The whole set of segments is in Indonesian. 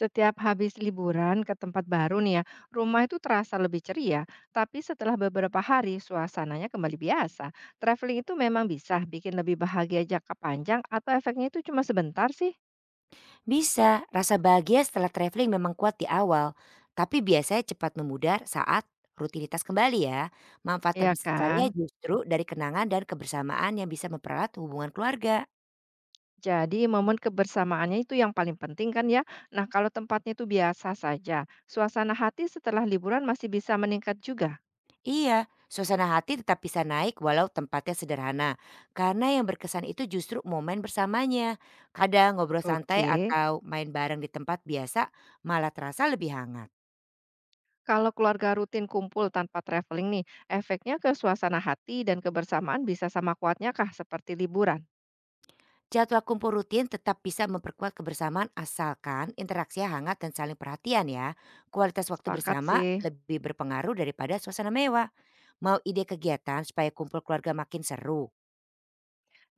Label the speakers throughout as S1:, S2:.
S1: Setiap habis liburan ke tempat baru nih ya, rumah itu terasa lebih ceria, tapi setelah beberapa hari suasananya kembali biasa. Traveling itu memang bisa bikin lebih bahagia jangka panjang atau efeknya itu cuma sebentar sih,
S2: Bisa, rasa bahagia setelah traveling memang kuat di awal, tapi biasanya cepat memudar saat rutinitas kembali ya. Manfaat
S1: ya kan?
S2: terbesarnya justru dari kenangan dan kebersamaan yang bisa mempererat hubungan keluarga.
S1: Jadi momen kebersamaannya itu yang paling penting kan ya. Nah, kalau tempatnya itu biasa saja, suasana hati setelah liburan masih bisa meningkat juga.
S2: Iya, suasana hati tetap bisa naik walau tempatnya sederhana, karena yang berkesan itu justru momen bersamanya. Kadang ngobrol santai
S1: Oke.
S2: atau main bareng di tempat biasa malah terasa lebih hangat.
S1: Kalau keluarga rutin kumpul tanpa traveling nih, efeknya ke suasana hati dan kebersamaan bisa sama kuatnya kah seperti liburan?
S2: Jadwal kumpul rutin tetap bisa memperkuat kebersamaan asalkan interaksi hangat dan saling perhatian ya. Kualitas waktu
S1: Sepakat
S2: bersama
S1: sih.
S2: lebih berpengaruh daripada suasana mewah. Mau ide kegiatan supaya kumpul keluarga makin seru?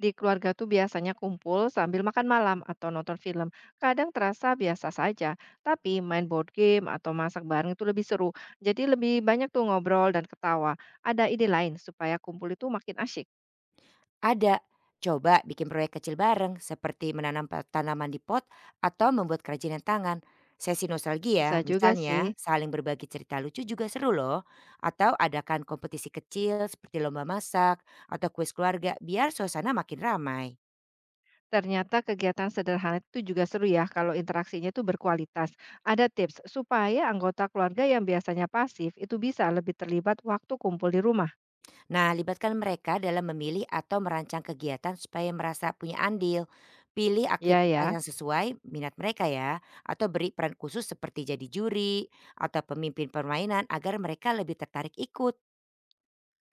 S1: Di keluarga tuh biasanya kumpul sambil makan malam atau nonton film. Kadang terasa biasa saja, tapi main board game atau masak bareng itu lebih seru. Jadi lebih banyak tuh ngobrol dan ketawa. Ada ide lain supaya kumpul itu makin asyik.
S2: Ada. Coba bikin proyek kecil bareng seperti menanam tanaman di pot atau membuat kerajinan tangan. Sesi
S1: Bisa
S2: nostalgia
S1: juga sih.
S2: misalnya saling berbagi cerita lucu juga seru loh. Atau adakan kompetisi kecil seperti lomba masak atau kuis keluarga biar suasana makin ramai.
S1: Ternyata kegiatan sederhana itu juga seru ya kalau interaksinya itu berkualitas. Ada tips supaya anggota keluarga yang biasanya pasif itu bisa lebih terlibat waktu kumpul di rumah.
S2: Nah, libatkan mereka dalam memilih atau merancang kegiatan supaya merasa punya andil. Pilih
S1: Iya ya,
S2: aktivitas yang sesuai minat mereka ya, atau beri peran khusus seperti jadi juri atau pemimpin permainan agar mereka lebih tertarik ikut.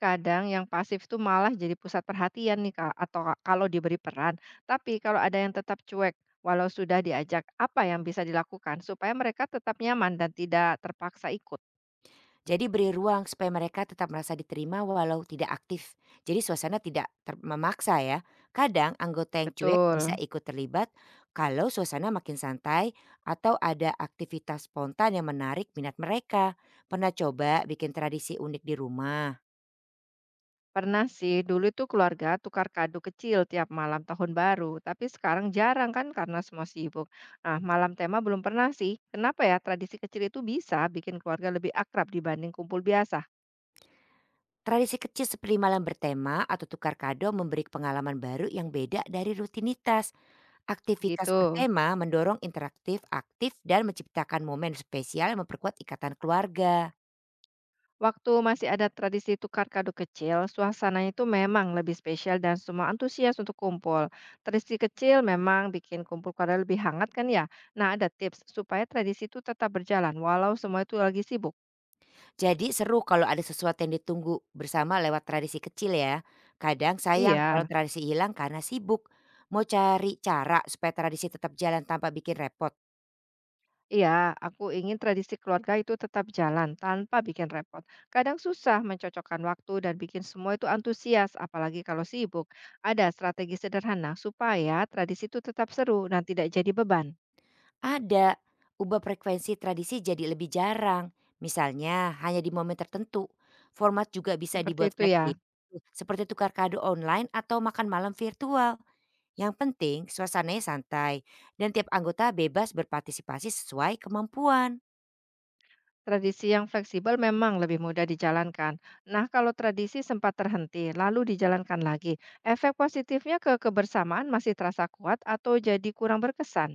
S1: kadang yang pasif itu malah jadi pusat perhatian nih Kak, atau kalau diberi peran. Tapi kalau ada yang tetap cuek walau sudah diajak, apa yang bisa dilakukan supaya mereka tetap nyaman dan tidak terpaksa ikut?
S2: Jadi beri ruang supaya mereka tetap merasa diterima walau tidak aktif. Jadi suasana tidak memaksa ya. Kadang anggota yang cuek bisa
S1: Betul.
S2: ikut terlibat kalau suasana makin santai atau ada aktivitas spontan yang menarik minat mereka. Pernah coba bikin tradisi unik di rumah?
S1: Pernah sih, dulu itu keluarga tukar kado kecil tiap malam tahun baru, tapi sekarang jarang kan karena semua sibuk. Nah, malam tema belum pernah sih. Kenapa ya tradisi kecil itu bisa bikin keluarga lebih akrab dibanding kumpul biasa?
S2: Tradisi kecil seperti malam bertema atau tukar kado memberi pengalaman baru yang beda dari rutinitas. Aktivitas
S1: Gitu.
S2: bertema mendorong interaktif, aktif, dan menciptakan momen spesial yang memperkuat ikatan keluarga.
S1: Waktu masih ada tradisi tukar kado kecil, suasananya itu memang lebih spesial dan semua antusias untuk kumpul. Tradisi kecil memang bikin kumpul keluarga lebih hangat kan ya? Nah, ada tips supaya tradisi itu tetap berjalan walau semua itu lagi sibuk.
S2: Jadi seru kalau ada sesuatu yang ditunggu bersama lewat tradisi kecil ya. Kadang sayang kalau
S1: Iya.
S2: tradisi hilang karena sibuk. Mau cari cara supaya tradisi tetap jalan tanpa bikin repot?
S1: Iya, aku ingin tradisi keluarga itu tetap jalan tanpa bikin repot. Kadang susah mencocokkan waktu dan bikin semua itu antusias, apalagi kalau sibuk. Ada strategi sederhana supaya tradisi itu tetap seru dan tidak jadi beban.
S2: Ada. Ubah frekuensi tradisi jadi lebih jarang. Misalnya hanya di momen tertentu. Format juga bisa
S1: Seperti
S2: dibuat
S1: itu ya.
S2: fleksibel. Seperti tukar kado online atau makan malam virtual. Yang penting suasananya santai dan tiap anggota bebas berpartisipasi sesuai kemampuan.
S1: Tradisi yang fleksibel memang lebih mudah dijalankan. Nah, kalau tradisi sempat terhenti lalu dijalankan lagi, efek positifnya ke kebersamaan masih terasa kuat atau jadi kurang berkesan?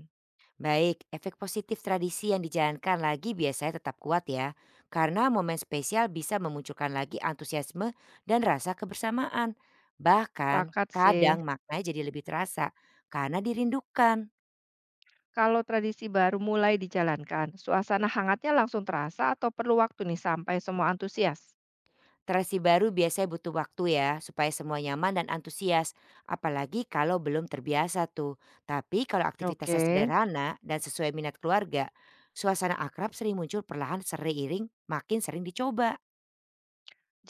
S2: Baik, efek positif tradisi yang dijalankan lagi biasanya tetap kuat ya, karena momen spesial bisa memunculkan lagi antusiasme dan rasa kebersamaan. Bahkan,
S1: Pakat sih.
S2: kadang maknanya jadi lebih terasa karena dirindukan.
S1: Kalau tradisi baru mulai dijalankan, suasana hangatnya langsung terasa atau perlu waktu nih sampai semua antusias?
S2: Tradisi baru biasanya butuh waktu ya, supaya semua nyaman dan antusias, apalagi kalau belum terbiasa tuh. Tapi kalau
S1: Oke.
S2: aktivitasnya sederhana dan sesuai minat keluarga, suasana akrab sering muncul perlahan seiring makin sering dicoba.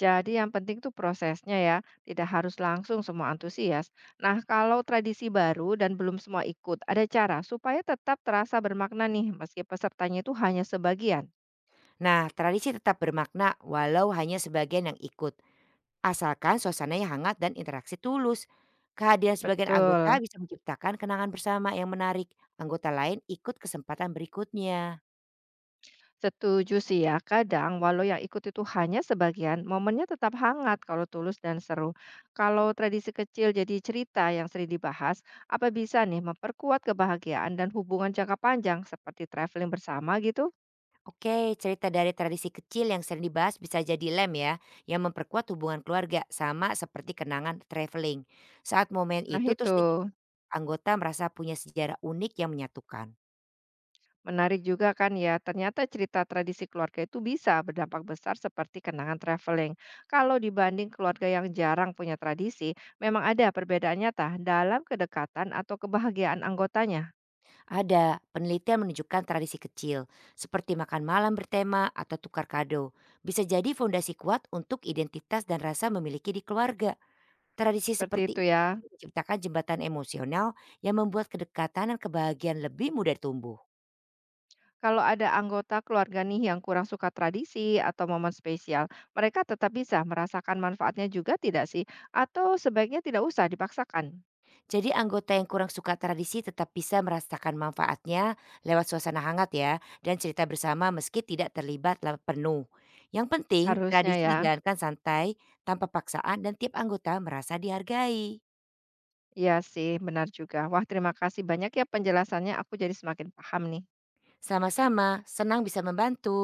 S1: Jadi yang penting tuh prosesnya ya, tidak harus langsung semua antusias. Nah, kalau tradisi baru dan belum semua ikut, ada cara supaya tetap terasa bermakna nih meski pesertanya itu hanya sebagian.
S2: Nah, tradisi tetap bermakna walau hanya sebagian yang ikut, asalkan suasananya hangat dan interaksi tulus. Kehadiran sebagian anggota
S1: Betul.
S2: bisa menciptakan kenangan bersama yang menarik. Anggota lain ikut kesempatan berikutnya.
S1: Setuju sih ya, kadang walau yang ikut itu hanya sebagian, momennya tetap hangat kalau tulus dan seru. Kalau tradisi kecil jadi cerita yang sering dibahas, apa bisa nih memperkuat kebahagiaan dan hubungan jangka panjang seperti traveling bersama gitu?
S2: Oke, cerita dari tradisi kecil yang sering dibahas bisa jadi lem ya, yang memperkuat hubungan keluarga sama seperti kenangan traveling. Saat momen
S1: Nah
S2: itu
S1: itu,
S2: terus diingat, anggota merasa punya sejarah unik yang menyatukan.
S1: menarik juga kan ya, ternyata cerita tradisi keluarga itu bisa berdampak besar seperti kenangan traveling. Kalau dibanding keluarga yang jarang punya tradisi, memang ada perbedaannya tah dalam kedekatan atau kebahagiaan anggotanya.
S2: Ada penelitian menunjukkan tradisi kecil, seperti makan malam bertema atau tukar kado, bisa jadi fondasi kuat untuk identitas dan rasa memiliki di keluarga. Tradisi
S1: Seperti
S2: seperti
S1: itu
S2: ini
S1: ya.
S2: menciptakan jembatan emosional yang membuat kedekatan dan kebahagiaan lebih mudah tumbuh.
S1: Kalau ada anggota keluarga nih yang kurang suka tradisi atau momen spesial, mereka tetap bisa merasakan manfaatnya juga tidak sih? Atau sebaiknya tidak usah dipaksakan?
S2: Jadi anggota yang kurang suka tradisi tetap bisa merasakan manfaatnya lewat suasana hangat ya, dan cerita bersama meski tidak terlibat penuh. Yang penting,
S1: Harusnya
S2: tradisi
S1: ya.
S2: dijalankan santai, tanpa paksaan dan tiap anggota merasa dihargai.
S1: Iya sih, benar juga. Wah, terima kasih banyak ya penjelasannya. Aku jadi semakin paham nih.
S2: Sama-sama, senang bisa membantu.